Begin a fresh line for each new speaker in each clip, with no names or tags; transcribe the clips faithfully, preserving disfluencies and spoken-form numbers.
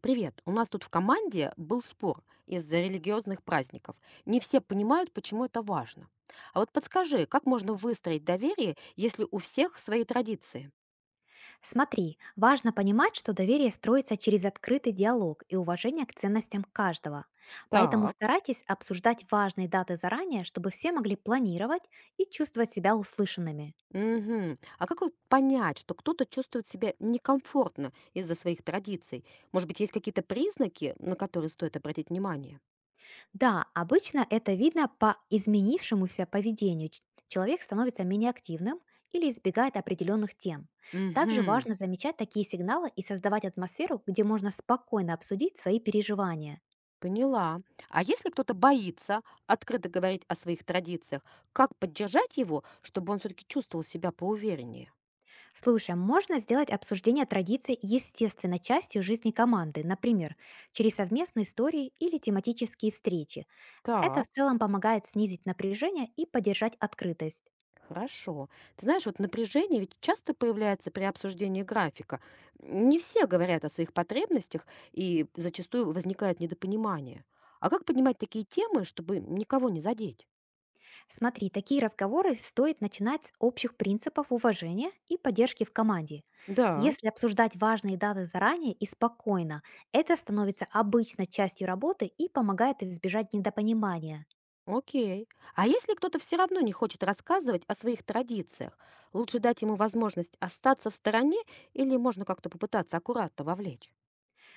Привет. У нас тут в команде был спор из-за религиозных праздников. Не все понимают, почему это важно. А вот подскажи, как можно выстроить доверие, если у всех свои традиции?
Смотри, важно понимать, что доверие строится через открытый диалог и уважение к ценностям каждого. Поэтому
Так,
старайтесь обсуждать важные даты заранее, чтобы все могли планировать и чувствовать себя услышанными.
угу. А как вот понять, что кто-то чувствует себя некомфортно из-за своих традиций? Может быть, есть какие-то признаки, на которые стоит обратить внимание?
Да, обычно это видно по изменившемуся поведению. Ч- Человек становится менее активным или избегает определенных тем. Также
Угу.
важно замечать такие сигналы и создавать атмосферу, где можно спокойно обсудить свои переживания.
Поняла. А если кто-то боится открыто говорить о своих традициях, как поддержать его, чтобы он все-таки чувствовал себя поувереннее?
Слушай, а можно сделать обсуждение традиций естественно частью жизни команды, например, через совместные истории или тематические встречи. Это в
Так,
целом помогает снизить напряжение и поддержать открытость.
хорошо. Ты знаешь, вот напряжение ведь часто появляется при обсуждении графика. Не все говорят о своих потребностях, и зачастую возникает недопонимание. А как поднимать такие темы, чтобы никого не задеть?
Смотри, такие разговоры стоит начинать с общих принципов уважения и поддержки в команде.
Да,
Если обсуждать важные даты заранее и спокойно, это становится обычной частью работы и помогает избежать недопонимания.
окей. А если кто-то все равно не хочет рассказывать о своих традициях, лучше дать ему возможность остаться в стороне или можно как-то попытаться аккуратно вовлечь?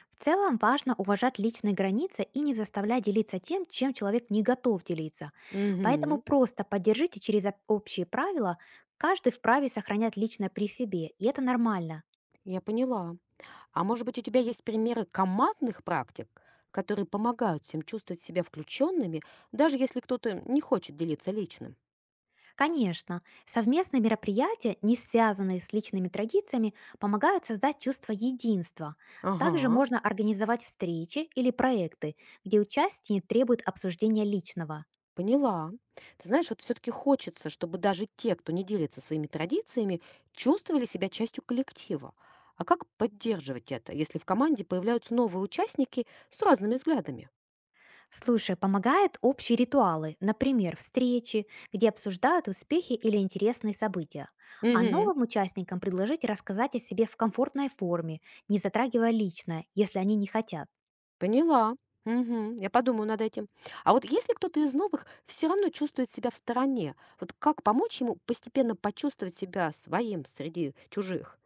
В целом важно уважать личные границы и не заставлять делиться тем, чем человек не готов делиться. Поэтому
Угу,
просто поддержите через об- общие правила. Каждый вправе сохранять личное при себе, и это нормально.
я поняла. А может быть, у тебя есть примеры командных практик, которые помогают всем чувствовать себя включенными, даже если кто-то не хочет делиться личным?
Конечно, совместные мероприятия, не связанные с личными традициями, помогают создать чувство единства. Также
Ага,
можно организовать встречи или проекты, где участие требует обсуждения личного.
поняла. Ты знаешь, вот все-таки хочется, чтобы даже те, кто не делится своими традициями, чувствовали себя частью коллектива. А как поддерживать это, если в команде появляются новые участники с разными взглядами?
Слушай, помогают общие ритуалы, например, встречи, где обсуждают успехи или интересные события. А
Мгм.
новым участникам предложить рассказать о себе в комфортной форме, не затрагивая личное, если они не хотят.
Поняла. Мгм. Я подумаю над этим. А вот если кто-то из новых все равно чувствует себя в стороне, вот как помочь ему постепенно почувствовать себя своим среди чужих?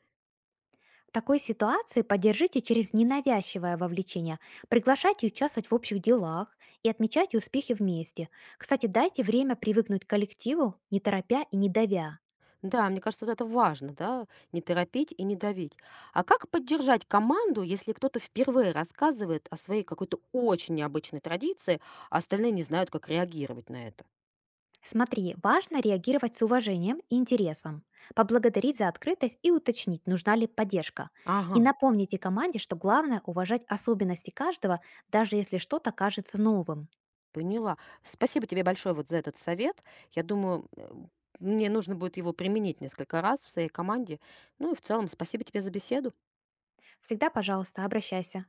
В такой ситуации поддержите через ненавязчивое вовлечение, приглашайте участвовать в общих делах и отмечайте успехи вместе. Кстати, дайте время привыкнуть к коллективу, не торопя и не давя.
Да, мне кажется, вот это важно, да, не торопить и не давить. А как поддержать команду, если кто-то впервые рассказывает о своей какой-то очень необычной традиции, а остальные не знают, как реагировать на это?
Смотри, важно реагировать с уважением и интересом, поблагодарить за открытость и уточнить, нужна ли поддержка. И
Ага.
напомните команде, что главное уважать особенности каждого, даже если что-то кажется новым.
Поняла. Спасибо тебе большое вот за этот совет. Я думаю, м, мне нужно будет его применить несколько раз в своей команде. Ну и в целом спасибо тебе за беседу.
Всегда, пожалуйста, обращайся.